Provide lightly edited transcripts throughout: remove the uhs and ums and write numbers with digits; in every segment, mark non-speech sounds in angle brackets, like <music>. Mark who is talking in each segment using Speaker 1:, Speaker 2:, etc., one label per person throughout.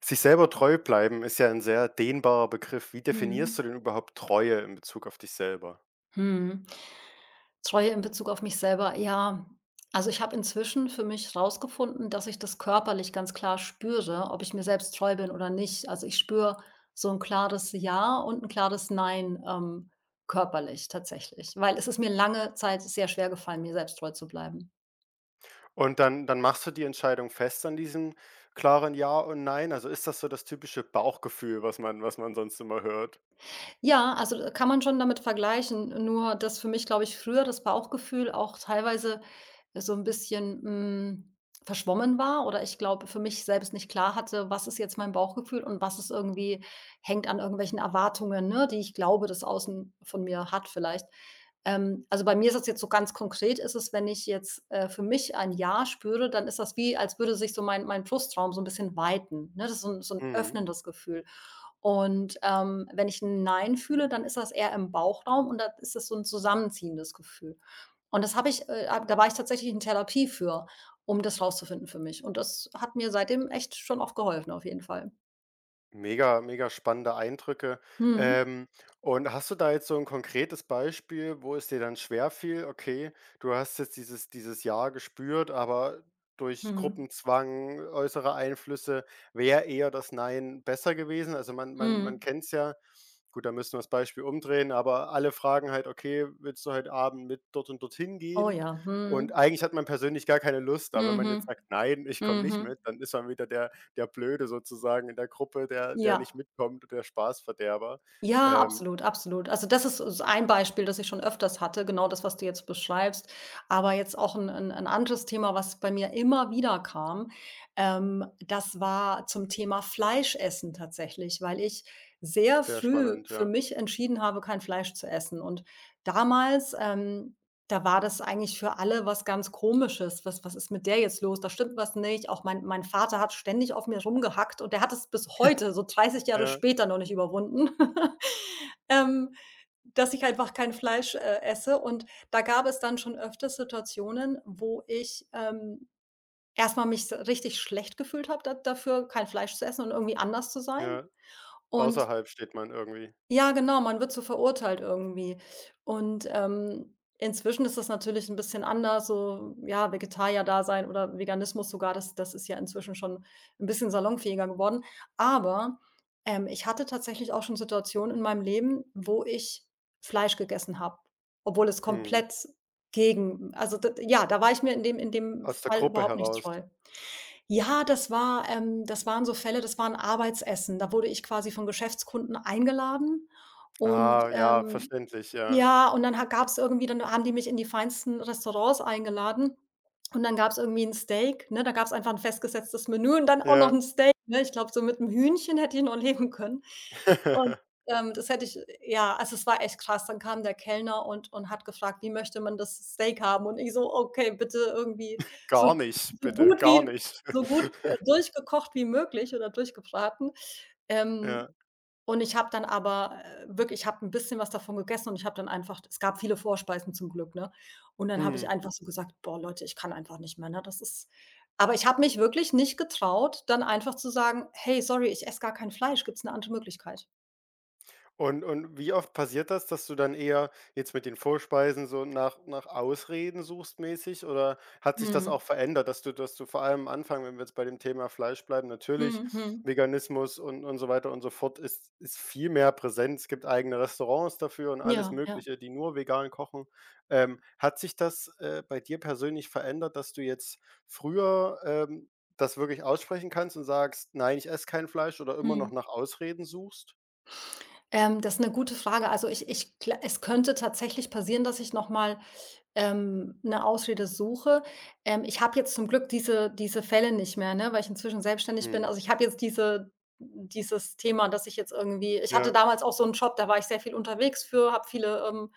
Speaker 1: Sich selber treu bleiben ist ja ein sehr dehnbarer Begriff. Wie definierst
Speaker 2: Mhm.
Speaker 1: du denn überhaupt Treue in Bezug auf dich selber?
Speaker 2: Mhm. Treue in Bezug auf mich selber. Ja, also ich habe inzwischen für mich rausgefunden, dass ich das körperlich ganz klar spüre, ob ich mir selbst treu bin oder nicht. Also ich spüre so ein klares Ja und ein klares Nein, körperlich tatsächlich, weil es ist mir lange Zeit sehr schwer gefallen, mir selbst treu zu bleiben.
Speaker 1: Und dann machst du die Entscheidung fest an diesem klaren Ja und Nein? Also, ist das so das typische Bauchgefühl, was man sonst immer hört?
Speaker 2: Ja, also, kann man schon damit vergleichen, nur dass für mich, glaube ich, früher das Bauchgefühl auch teilweise so ein bisschen, verschwommen war oder ich glaube, für mich selbst nicht klar hatte, was ist jetzt mein Bauchgefühl und was ist irgendwie hängt an irgendwelchen Erwartungen, ne, die ich glaube, das Außen von mir hat vielleicht. Also, bei mir ist es jetzt so ganz konkret ist es, wenn ich jetzt, für mich ein Ja spüre, dann ist das wie, als würde sich so mein Brustraum so ein bisschen weiten, ne? Das ist so ein so 'n
Speaker 1: Mhm.
Speaker 2: öffnendes Gefühl. Und, wenn ich ein Nein fühle, dann ist das eher im Bauchraum und da ist das so ein zusammenziehendes Gefühl. Da war ich tatsächlich in Therapie für, um das rauszufinden für mich. Und das hat mir seitdem echt schon oft geholfen, auf jeden Fall.
Speaker 1: Mega, mega spannende Eindrücke.
Speaker 2: Mhm.
Speaker 1: Ähm, und hast du da jetzt so ein konkretes Beispiel, wo es dir dann schwerfiel: Okay, du hast jetzt dieses Jahr gespürt, aber durch
Speaker 2: Mhm.
Speaker 1: Gruppenzwang, äußere Einflüsse wäre eher das Nein besser gewesen? Also, man
Speaker 2: Mhm.
Speaker 1: kennt's ja. Gut, da müssen wir das Beispiel umdrehen, aber alle fragen halt: „Okay, willst du heute Abend mit dort und dorthin
Speaker 2: Oh
Speaker 1: gehen?“
Speaker 2: ja.
Speaker 1: Und
Speaker 2: Mhm.
Speaker 1: eigentlich hat man persönlich gar keine Lust, aber wenn man
Speaker 2: Mhm.
Speaker 1: jetzt sagt: „Nein, ich komme nicht
Speaker 2: Mhm.
Speaker 1: mit“, dann ist man wieder der Blöde sozusagen in der Gruppe, der nicht
Speaker 2: Ja.
Speaker 1: mitkommt und der Spaßverderber.
Speaker 2: Ja,
Speaker 1: Ähm,
Speaker 2: absolut, absolut. Also, das ist so ein Beispiel, das ich schon öfters hatte, genau das, was du jetzt beschreibst. Aber jetzt auch ein 'n anderes Thema, was bei mir immer wieder kam, das war zum Thema Fleischessen tatsächlich, weil ich sehr
Speaker 1: sehr
Speaker 2: früh
Speaker 1: spannend,
Speaker 2: für
Speaker 1: ja.
Speaker 2: mich entschieden habe, kein Fleisch zu essen. Und damals, da war das eigentlich für alle was ganz Komisches. „Was was ist mit der jetzt los? Da stimmt was nicht.“ Auch mein Vater hat ständig auf mir rumgehackt und der hat es bis heute, so 30 Jahre
Speaker 1: Ja,
Speaker 2: später, noch nicht überwunden. <laughs> Ähm, Dass ich einfach kein Fleisch, esse und da gab es dann schon öfters Situationen, wo ich, erst mich s richtig schlecht gefühlt habe da dafür, kein Fleisch zu essen und irgendwie anders zu sein,
Speaker 1: ja.
Speaker 2: und
Speaker 1: Außerhalb steht man irgendwie.
Speaker 2: ja, genau, man wird so verurteilt irgendwie. Und, inzwischen ist das natürlich ein bisschen anders, so, ja, Vegetarier-Dasein oder Veganismus sogar, das ist ja inzwischen schon ein bisschen salonfähiger geworden. Aber, ich hatte tatsächlich auch schon Situationen in meinem Leben, wo ich Fleisch gegessen habe, obwohl es
Speaker 1: Mhm.
Speaker 2: komplett gegen also, d ja, da war ich mir in dem
Speaker 1: Aus der
Speaker 2: Fall
Speaker 1: Gruppe
Speaker 2: überhaupt nicht
Speaker 1: heraus.
Speaker 2: treu. Ja, das waren so Fälle, das war 'n Arbeitsessen. Da wurde ich quasi von Geschäftskunden eingeladen und,
Speaker 1: Ah, ja, verständlich, ja.
Speaker 2: ja, und dann ha gab's irgendwie, dann haben die mich in die feinsten Restaurants eingeladen und dann gab's irgendwie 'n Steak, ne? Da gab's einfach 'n festgesetztes Menü und dann auch noch
Speaker 1: Ja.
Speaker 2: 'n Steak, ne? Ich glaube, so mit 'm Hühnchen hätte ich noch leben können. Und,
Speaker 1: <laughs>
Speaker 2: das hätte ich ja, also, es war echt krass. Dann kam der Kellner und hat gefragt: „Wie möchte man das Steak haben?“ Und ich so: „Okay, bitte irgendwie so
Speaker 1: Gar nicht,
Speaker 2: so
Speaker 1: bitte,
Speaker 2: gut
Speaker 1: gar
Speaker 2: wie
Speaker 1: nicht.
Speaker 2: so gut,
Speaker 1: <laughs>
Speaker 2: durchgekocht wie möglich oder durchgebraten.“ Ähm.
Speaker 1: Ja.
Speaker 2: Und ich habe dann aber, wirklich, ich habe ein bisschen was davon gegessen und ich habe dann einfach es gab viele Vorspeisen zum Glück, ne? Und dann habe ich
Speaker 1: Mhm.
Speaker 2: einfach so gesagt: „Boah, Leute, ich kann einfach nicht mehr, ne? Das ist“ aber ich habe mich wirklich nicht getraut, dann einfach zu sagen: „Hey, sorry, ich esse gar kein Fleisch. Gibt es eine andere Möglichkeit?“
Speaker 1: Und wie oft passiert das, dass du dann eher jetzt mit den Vorspeisen so nach Ausreden suchst mäßig oder hat sich das
Speaker 2: Mhm.
Speaker 1: auch verändert, dass du vor allem am Anfang, wenn wir jetzt bei dem Thema Fleisch bleiben, natürlich
Speaker 2: Mhm, mhm.
Speaker 1: Veganismus und so weiter und so fort ist viel mehr präsent. Es gibt eigene Restaurants dafür und alles
Speaker 2: Ja, ja.
Speaker 1: Mögliche, die nur vegan kochen. Hat sich das, bei dir persönlich verändert, dass du jetzt früher, das wirklich aussprechen kannst und sagst: „Nein, ich esse kein Fleisch“, oder immer
Speaker 2: Mhm.
Speaker 1: noch nach Ausreden suchst?
Speaker 2: Das ist eine gute Frage. Also, ich ich gla es könnte tatsächlich passieren, dass ich noch mal, 'ne Ausrede suche. Ich habe jetzt zum Glück diese Fälle nicht mehr, ne, weil ich inzwischen selbstständig bin.
Speaker 1: Mhm.
Speaker 2: Also, ich habe jetzt dieses Thema, dass ich jetzt irgendwie ich hatte
Speaker 1: Ja.
Speaker 2: damals auch so einen Job, da war ich sehr viel unterwegs für, habe viele, ähm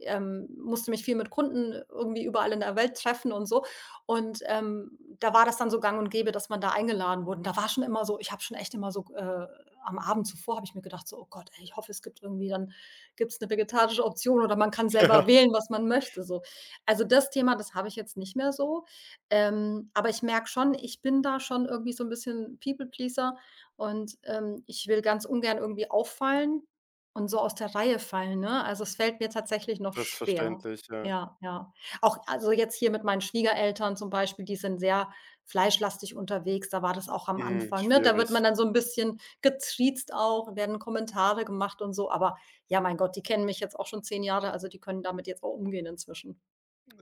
Speaker 2: ähm, musste mich viel mit Kunden irgendwie überall in der Welt treffen und so. Und, da war das dann so gang und gäbe, dass man da eingeladen wurde. Und da war schon immer so ich habe schon echt immer so, am Abend zuvor habe ich mir gedacht, so: „Oh Gott, ey, ich hoffe, es gibt irgendwie dann gibt es eine vegetarische Option oder man kann selber
Speaker 1: Ja,
Speaker 2: wählen, was man möchte“, so. Also, das Thema, das habe ich jetzt nicht mehr so. Aber ich merke schon, ich bin da schon irgendwie so ein bisschen People Pleaser und, ich will ganz ungern irgendwie auffallen und so aus der Reihe fallen, ne? Also, es fällt mir tatsächlich noch
Speaker 1: das ist
Speaker 2: schwer.
Speaker 1: verständlich, ja.
Speaker 2: Ja, ja. Auch also, jetzt hier mit meinen Schwiegereltern zum Beispiel, die sind sehr fleischlastig unterwegs, da war das auch am
Speaker 1: Mhm,
Speaker 2: Anfang, ne? Da wird
Speaker 1: schwierig.
Speaker 2: man dann so ein bisschen getriezt auch, werden Kommentare gemacht und so, aber ja, mein Gott, die kennen mich jetzt auch schon 10 Jahre, also die können damit jetzt auch umgehen inzwischen.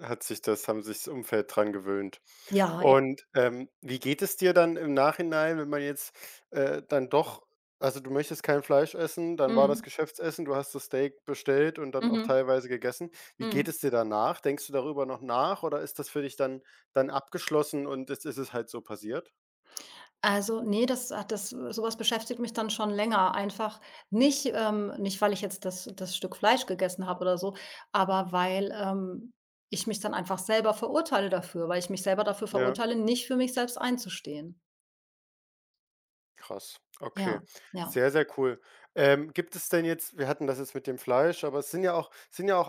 Speaker 1: Hat sich das haben sich das Umfeld dran gewöhnt.
Speaker 2: Ja, ja.
Speaker 1: Und, wie geht es dir dann im Nachhinein, wenn man jetzt, dann doch also, du möchtest kein Fleisch essen, dann war das
Speaker 2: Mhm.
Speaker 1: Geschäftsessen, du hast das Steak bestellt und dann auch
Speaker 2: Mhm.
Speaker 1: teilweise gegessen. Wie geht
Speaker 2: Mhm.
Speaker 1: es dir danach? Denkst du darüber noch nach oder ist das für dich dann abgeschlossen und jetzt ist es halt so passiert?
Speaker 2: Also, ne, das hat das sowas beschäftigt mich dann schon länger. Einfach nicht nicht, weil ich jetzt das Stück Fleisch gegessen habe oder so, aber weil, ich mich dann einfach selber verurteile dafür, weil ich mich selber dafür
Speaker 1: Mhm. Ja.
Speaker 2: verurteile, nicht für mich selbst einzustehen.
Speaker 1: Krass,
Speaker 2: Ja,
Speaker 1: okay.
Speaker 2: ja.
Speaker 1: Sehr, sehr cool. Gibt es denn jetzt wir hatten das jetzt mit dem Fleisch, aber es sind ja auch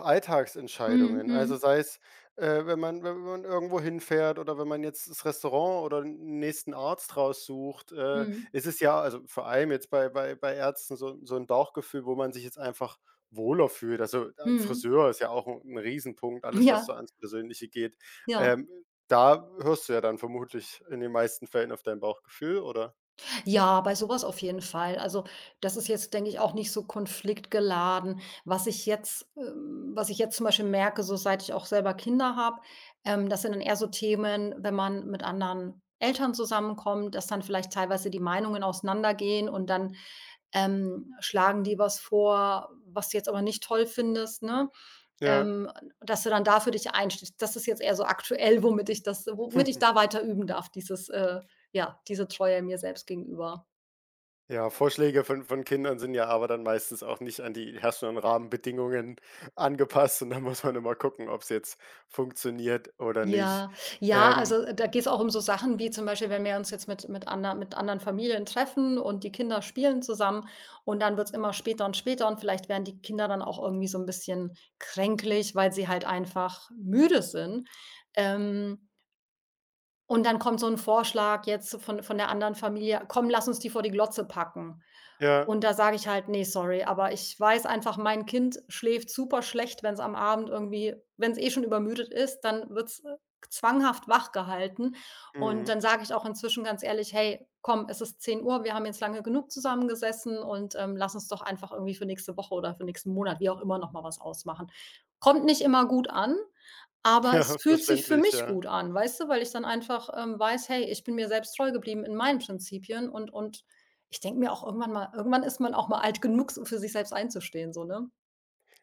Speaker 2: Mhm,
Speaker 1: Alltagsentscheidungen. Also,
Speaker 2: mhm,
Speaker 1: sei es, wenn man irgendwo hinfährt oder wenn man jetzt das Restaurant oder 'n nächsten Arzt raussucht,
Speaker 2: mhm,
Speaker 1: ist es ja also, vor allem jetzt bei Ärzten so so 'n Bauchgefühl, wo man sich jetzt einfach wohler fühlt. Also,
Speaker 2: mhm.
Speaker 1: Friseur ist ja auch ein 'n Riesenpunkt, alles, was so
Speaker 2: Ja,
Speaker 1: ans Persönliche geht.
Speaker 2: ja.
Speaker 1: Ähm, da hörst du ja dann vermutlich in den meisten Fällen auf dein Bauchgefühl, oder?
Speaker 2: Ja, bei sowas auf jeden Fall. Also, das ist jetzt, denke ich, auch nicht so konfliktgeladen. Was ich jetzt zum Beispiel merke, so seit ich auch selber Kinder habe, das sind dann eher so Themen, wenn man mit anderen Eltern zusammenkommt, dass dann vielleicht teilweise die Meinungen auseinandergehen und dann, schlagen die was vor, was du jetzt aber nicht toll findest, ne?
Speaker 1: Ja.
Speaker 2: Ähm, dass du dann da für dich einstehst. Das ist jetzt eher so aktuell, womit ich da
Speaker 1: <laughs>
Speaker 2: weiter üben darf, dieses ja, diese Treue mir selbst gegenüber.
Speaker 1: Ja, Vorschläge von Kindern sind ja aber dann meistens auch nicht an die herrschenden Rahmenbedingungen angepasst und dann muss man immer gucken, ob es jetzt funktioniert oder nicht.
Speaker 2: Ja, ja,
Speaker 1: Ähm,
Speaker 2: also, da geht es auch um so Sachen wie zum Beispiel, wenn wir uns jetzt mit anderen Familien treffen und die Kinder spielen zusammen und dann wird es immer später und später und vielleicht werden die Kinder dann auch irgendwie so ein bisschen kränklich, weil sie halt einfach müde sind. Ähm und dann kommt so 'n Vorschlag jetzt von der anderen Familie: „Komm, lass uns die vor die Glotze packen.“
Speaker 1: ja,
Speaker 2: Und da sage ich halt: „Ne, sorry, aber ich weiß einfach, mein Kind schläft super schlecht, wenn's am Abend irgendwie wenn's eh schon übermüdet ist, dann wird's, zwanghaft wachgehalten.“ Und
Speaker 1: mhm,
Speaker 2: dann sage ich auch inzwischen ganz ehrlich: „Hey, komm, es ist 10 Uhr, wir haben jetzt lange genug zusammengesessen und, lass uns doch einfach irgendwie für nächste Woche oder für nächsten Monat, wie auch immer, noch mal was ausmachen.“ Kommt nicht immer gut an.
Speaker 1: <laughs>
Speaker 2: Aber es
Speaker 1: ja,
Speaker 2: fühlt sich für
Speaker 1: verständlich,
Speaker 2: mich
Speaker 1: ja.
Speaker 2: gut an, weißt du, weil ich dann einfach, weiß: „Hey, ich bin mir selbst treu geblieben in meinen Prinzipien“, und ich denke mir auch irgendwann mal irgendwann ist man auch mal alt genug, so für sich selbst einzustehen, so, ne?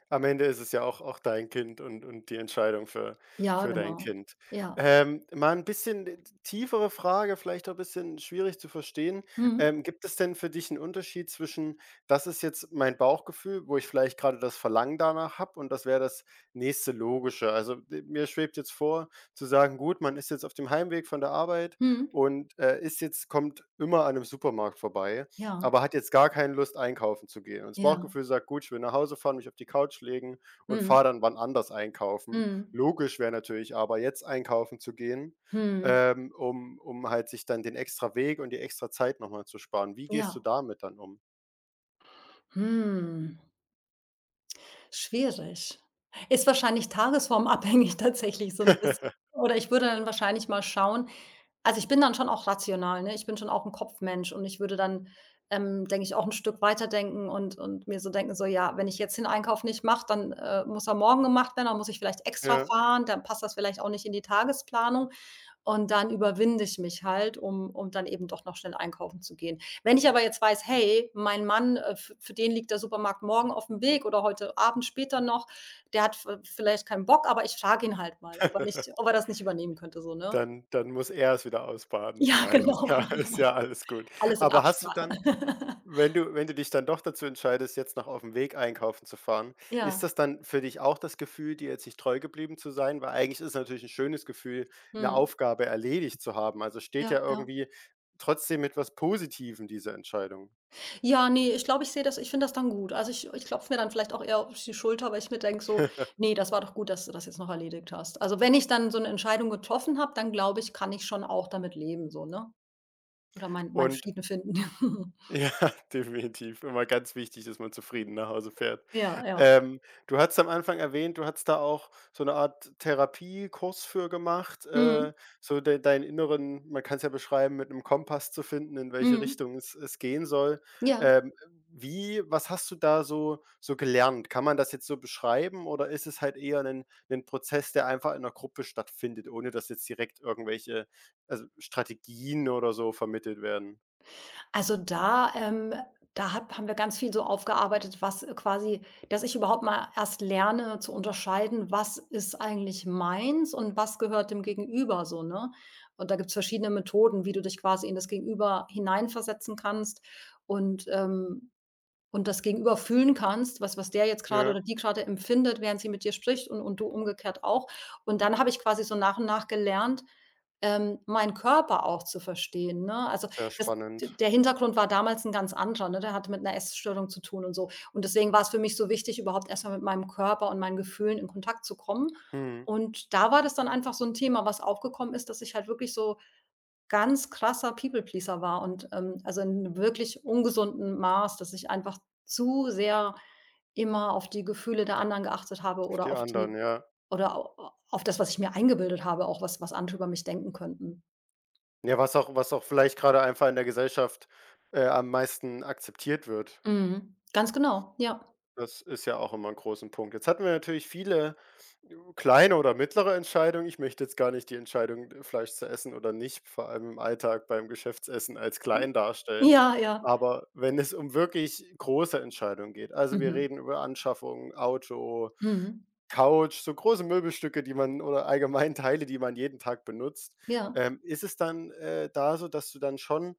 Speaker 1: Am Ende ist es ja auch dein Kind und die Entscheidung
Speaker 2: Ja,
Speaker 1: für dein
Speaker 2: genau.
Speaker 1: Kind.
Speaker 2: Ja.
Speaker 1: Mal ein bisschen tiefere Frage, vielleicht auch ein bisschen schwierig zu verstehen.
Speaker 2: Mhm.
Speaker 1: Gibt es denn für dich einen Unterschied zwischen: „Das ist jetzt mein Bauchgefühl, wo ich vielleicht gerade das Verlangen danach habe, und das wäre das nächste Logische?“ Also, d mir schwebt jetzt vor, zu sagen: „Gut, man ist jetzt auf dem Heimweg von der Arbeit
Speaker 2: Mhm.
Speaker 1: und, ist jetzt kommt immer an einem Supermarkt vorbei.“
Speaker 2: Ja,
Speaker 1: Aber hat jetzt gar keine Lust, einkaufen zu gehen. Und das
Speaker 2: ja.
Speaker 1: Bauchgefühl sagt: „Gut, ich will nach Hause fahren, mich auf die Couch legen und
Speaker 2: Mhm.
Speaker 1: fahre dann wann anders einkaufen.“
Speaker 2: Mhm.
Speaker 1: Logisch wäre natürlich aber, jetzt einkaufen zu gehen,
Speaker 2: Mhm.
Speaker 1: um halt sich dann den extra Weg und die extra Zeit noch mal zu sparen. Wie gehst du
Speaker 2: Ja.
Speaker 1: damit dann um?
Speaker 2: Hm. Schwierig. Ist wahrscheinlich tagesformabhängig <laughs> tatsächlich so ein bisschen.
Speaker 1: <laughs>
Speaker 2: Oder ich würde dann wahrscheinlich mal schauen. Also, ich bin dann schon auch rational, ne? Ich bin schon auch 'n Kopfmensch und ich würde dann, denke ich, auch 'n Stück weiterdenken und mir so denken, so: „Ja, wenn ich jetzt den Einkauf nicht mache, dann, muss er morgen gemacht werden, dann muss ich vielleicht extra
Speaker 1: Ja.
Speaker 2: fahren, dann passt das vielleicht auch nicht in die Tagesplanung.“ Und dann überwinde ich mich halt, um dann eben doch noch schnell einkaufen zu gehen. Wenn ich aber jetzt weiß: „Hey, mein Mann, f für den liegt der Supermarkt morgen aufm Weg oder heute Abend später noch, der hat v vielleicht keinen Bock, aber ich frage ihn halt mal,
Speaker 1: <laughs>
Speaker 2: ob er das nicht übernehmen könnte“, so, ne?
Speaker 1: Dann muss er es wieder ausbaden.
Speaker 2: Ja, <laughs>
Speaker 1: Nein, <laughs> ist
Speaker 2: genau.
Speaker 1: ja alles gut.
Speaker 2: Alles in
Speaker 1: Aber hast du
Speaker 2: Absprache.
Speaker 1: dann
Speaker 2: <laughs>
Speaker 1: wenn du dich dann doch dazu entscheidest, jetzt noch auf dem Weg einkaufen zu fahren, ist
Speaker 2: Ja,
Speaker 1: das dann für dich auch das Gefühl, dir jetzt nicht treu geblieben zu sein? Weil eigentlich ist es natürlich ein schönes Gefühl, eine
Speaker 2: mhm.
Speaker 1: Aufgabe erledigt zu haben. Also, steht
Speaker 2: Ja,
Speaker 1: ja
Speaker 2: ja.
Speaker 1: irgendwie trotzdem mit was Positivem diese Entscheidung.
Speaker 2: Ja, ne, ich glaube, ich sehe das ich finde das dann gut. Also, ich klopfe mir dann vielleicht auch eher auf die Schulter, weil ich mir denke so:
Speaker 1: <laughs>
Speaker 2: „Ne, das war doch gut, dass du das jetzt noch erledigt hast.“ Also, wenn ich dann so 'ne Entscheidung getroffen habe, dann glaube ich, kann ich schon auch damit leben so, ne? Oder meinen
Speaker 1: Und
Speaker 2: Frieden finden. <laughs>
Speaker 1: ja, <laughs> definitiv. Immer ganz wichtig, dass man zufrieden nach Hause fährt.
Speaker 2: Ja, ja.
Speaker 1: Ähm, du hattest am Anfang erwähnt, du hattest da auch so eine Art Therapiekurs für gemacht,
Speaker 2: Mhm,
Speaker 1: so de deinen inneren man kann es ja beschreiben, mit einem Kompass zu finden, in welche
Speaker 2: mhm.
Speaker 1: Richtung es gehen soll.
Speaker 2: Ja.
Speaker 1: Ähm, wie was hast du da so so gelernt? Kann man das jetzt so beschreiben oder ist es halt eher ein Prozess, der einfach in einer Gruppe stattfindet, ohne dass jetzt direkt irgendwelche, also, Strategien oder so vermittelt werden?
Speaker 2: Also da hat haben wir ganz viel so aufgearbeitet, was quasi dass ich überhaupt mal erst lerne zu unterscheiden, was ist eigentlich meins und was gehört dem Gegenüber so, ne? Und da gibt's verschiedene Methoden, wie du dich quasi in das Gegenüber hineinversetzen kannst und, ähm, und das Gegenüber fühlen kannst, was der jetzt gerade
Speaker 1: Ja.
Speaker 2: oder die gerade empfindet, während sie mit dir spricht, und du umgekehrt auch. Und dann habe ich quasi so nach und nach gelernt, meinen Körper auch zu verstehen, ne? Also,
Speaker 1: Sehr
Speaker 2: das
Speaker 1: spannend.
Speaker 2: der Hintergrund war damals ein ganz anderer, ne? Der hatte mit einer Essstörung zu tun und so. Und deswegen war es für mich so wichtig, überhaupt erstmal mit meinem Körper und meinen Gefühlen in Kontakt zu kommen.
Speaker 1: Mhm.
Speaker 2: Und da war das dann einfach so ein Thema, was aufgekommen ist, dass ich halt wirklich so ganz krasser People-Pleaser war und, also in wirklich ungesunden Maß, dass ich einfach zu sehr immer auf die Gefühle der anderen geachtet habe
Speaker 1: Auf
Speaker 2: oder
Speaker 1: die
Speaker 2: auf die
Speaker 1: anderen, ja.
Speaker 2: oder au auf das, was ich mir eingebildet habe, auch was andere über mich denken könnten.
Speaker 1: Ja, was auch vielleicht gerade einfach in der Gesellschaft, am meisten akzeptiert wird.
Speaker 2: Mhm. Ganz genau, ja.
Speaker 1: Das ist ja auch immer ein großen Punkt. Jetzt hatten wir natürlich viele kleine oder mittlere Entscheidungen. Ich möchte jetzt gar nicht die Entscheidung, Fleisch zu essen oder nicht, vor allem im Alltag beim Geschäftsessen als klein darstellen.
Speaker 2: Ja, ja.
Speaker 1: Aber wenn es um wirklich große Entscheidungen geht, also wir
Speaker 2: Mhm.
Speaker 1: reden über Anschaffung, Auto,
Speaker 2: Mhm.
Speaker 1: Couch, so große Möbelstücke, die man oder allgemein Teile, die man jeden Tag benutzt.
Speaker 2: Ja.
Speaker 1: Ist es dann, da so, dass du dann schon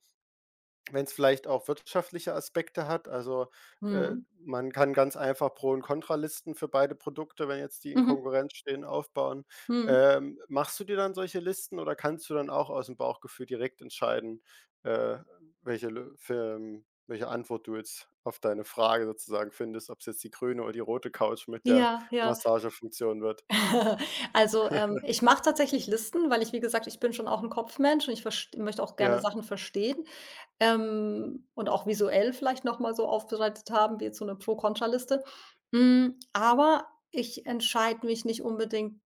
Speaker 1: wenn es vielleicht auch wirtschaftliche Aspekte hat, also,
Speaker 2: Mhm.
Speaker 1: man kann ganz einfach Pro und Kontralisten für beide Produkte, wenn jetzt die in
Speaker 2: Mhm.
Speaker 1: Konkurrenz stehen, aufbauen.
Speaker 2: Mhm.
Speaker 1: Machst du dir dann solche Listen oder kannst du dann auch aus dem Bauchgefühl direkt entscheiden, äh, welche Lö für welche Antwort du jetzt auf deine Frage sozusagen findest, ob es jetzt die grüne oder die rote Couch mit der
Speaker 2: Ja, ja.
Speaker 1: Massagefunktion wird?
Speaker 2: <laughs> Also,
Speaker 1: <laughs>
Speaker 2: ich mache tatsächlich Listen, weil ich, wie gesagt, ich bin schon auch 'n Kopfmensch und ich verst möchte auch gerne
Speaker 1: Ja,
Speaker 2: Sachen verstehen. Und auch visuell vielleicht noch mal so aufbereitet haben wie jetzt so 'ne Pro-Kontra-Liste. Aber ich entscheide mich nicht unbedingt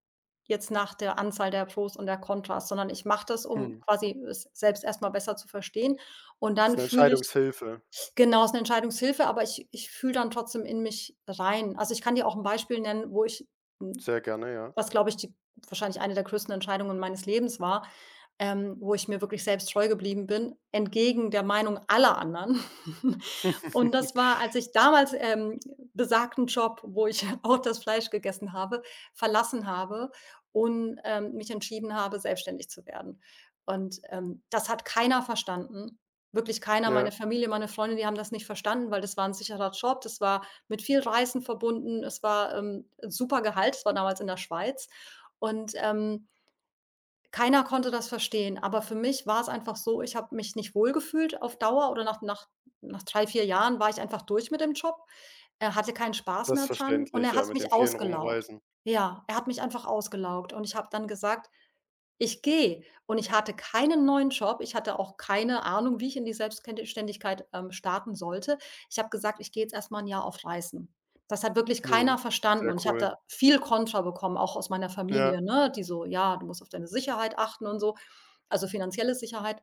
Speaker 2: jetzt nach der Anzahl der Pros und der Kontras, sondern ich mache das, um
Speaker 1: mhm.
Speaker 2: quasi es selbst erst mal besser zu verstehen und
Speaker 1: Ist
Speaker 2: dann
Speaker 1: eine
Speaker 2: fühle ich
Speaker 1: Entscheidungshilfe.
Speaker 2: genau, ist 'ne Entscheidungshilfe, aber ich fühle dann trotzdem in mich rein. Also, ich kann dir auch 'n Beispiel nennen, wo ich hm,
Speaker 1: Sehr gerne, ja.
Speaker 2: was, glaube ich, die wahrscheinlich eine der größten Entscheidungen meines Lebens war, wo ich mir wirklich selbst treu geblieben bin, entgegen der Meinung aller anderen. <laughs> Und das
Speaker 1: <laughs>
Speaker 2: war, als ich damals, besagten Job, wo ich <laughs> auch das Fleisch gegessen habe, verlassen habe und, mich entschieden habe, selbstständig zu werden. Und, das hat keiner verstanden, wirklich keiner. Meine
Speaker 1: Ja.
Speaker 2: Familie, meine Freunde, die haben das nicht verstanden, weil das war ein sicherer Job. Das war mit viel Reisen verbunden. Es war, super Gehalt. Es war damals in der Schweiz. Und, keiner konnte das verstehen, aber für mich war es einfach so, ich habe mich nicht wohlgefühlt auf Dauer oder nach drei, 4 Jahren war ich einfach durch mit dem Job. Er hatte keinen Spaß
Speaker 1: Das
Speaker 2: mehr
Speaker 1: ist
Speaker 2: dran und
Speaker 1: verständlich,
Speaker 2: er
Speaker 1: ja,
Speaker 2: hat
Speaker 1: mit
Speaker 2: mich
Speaker 1: dem vielen
Speaker 2: ausgelaugt.
Speaker 1: Rumreisen.
Speaker 2: Ja, er hat mich einfach ausgelaugt und ich habe dann gesagt, ich gehe, und ich hatte keinen neuen Job. Ich hatte auch keine Ahnung, wie ich in die Selbstständigkeit, starten sollte. Ich habe gesagt: „Ich gehe jetzt erstmal ein Jahr auf Reisen.“ Das hat wirklich keiner
Speaker 1: Mhm.
Speaker 2: verstanden
Speaker 1: Sehr
Speaker 2: und ich habe
Speaker 1: cool.
Speaker 2: da viel Kontra bekommen, auch aus meiner
Speaker 1: Ja,
Speaker 2: Familie, ne, die so: „Ja, du musst auf deine Sicherheit achten“ und so, also finanzielle Sicherheit.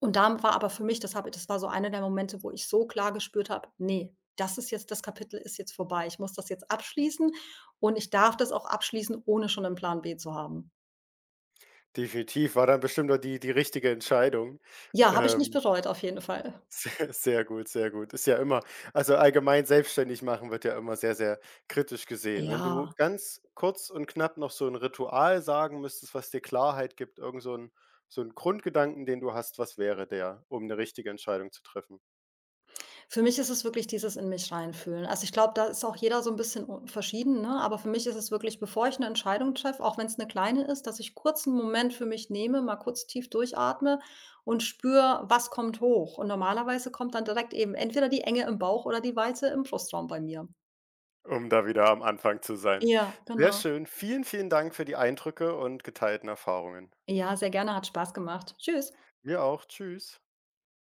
Speaker 2: Und da war aber für mich das habe das war so einer der Momente, wo ich so klar gespürt habe: nee, das ist jetzt das Kapitel ist jetzt vorbei. Ich muss das jetzt abschließen und ich darf das auch abschließen, ohne schon einen Plan B zu haben.“
Speaker 1: definitiv. War dann bestimmt auch die richtige Entscheidung.
Speaker 2: Ja, habe ich nicht
Speaker 1: Ähm,
Speaker 2: bereut auf jeden Fall.
Speaker 1: <laughs> sehr sehr gut, sehr gut. Ist ja immer also, allgemein selbstständig machen wird ja immer sehr, sehr kritisch gesehen. Wenn du
Speaker 2: Ja,
Speaker 1: ganz kurz und knapp noch so ein Ritual sagen müsstest, was dir Klarheit gibt, irgend so 'n Grundgedanken, den du hast, was wäre der, um eine richtige Entscheidung zu treffen?
Speaker 2: für mich ist es wirklich dieses in mich reinfühlen. Also, ich glaube, da ist auch jeder so ein bisschen u verschieden, ne? Aber für mich ist es wirklich, bevor ich eine Entscheidung treffe, auch wenn es eine kleine ist, dass ich kurz einen Moment für mich nehme, mal kurz tief durchatme und spüre, was kommt hoch. Und normalerweise kommt dann direkt eben entweder die Enge im Bauch oder die Weite im Brustraum bei mir.
Speaker 1: Um da wieder am Anfang zu sein.
Speaker 2: Ja,
Speaker 1: Sehr
Speaker 2: genau.
Speaker 1: schön. Vielen, vielen Dank für die Eindrücke und geteilten Erfahrungen.
Speaker 2: Ja, sehr gerne, hat Spaß gemacht. Tschüss.
Speaker 1: Dir auch. Tschüss.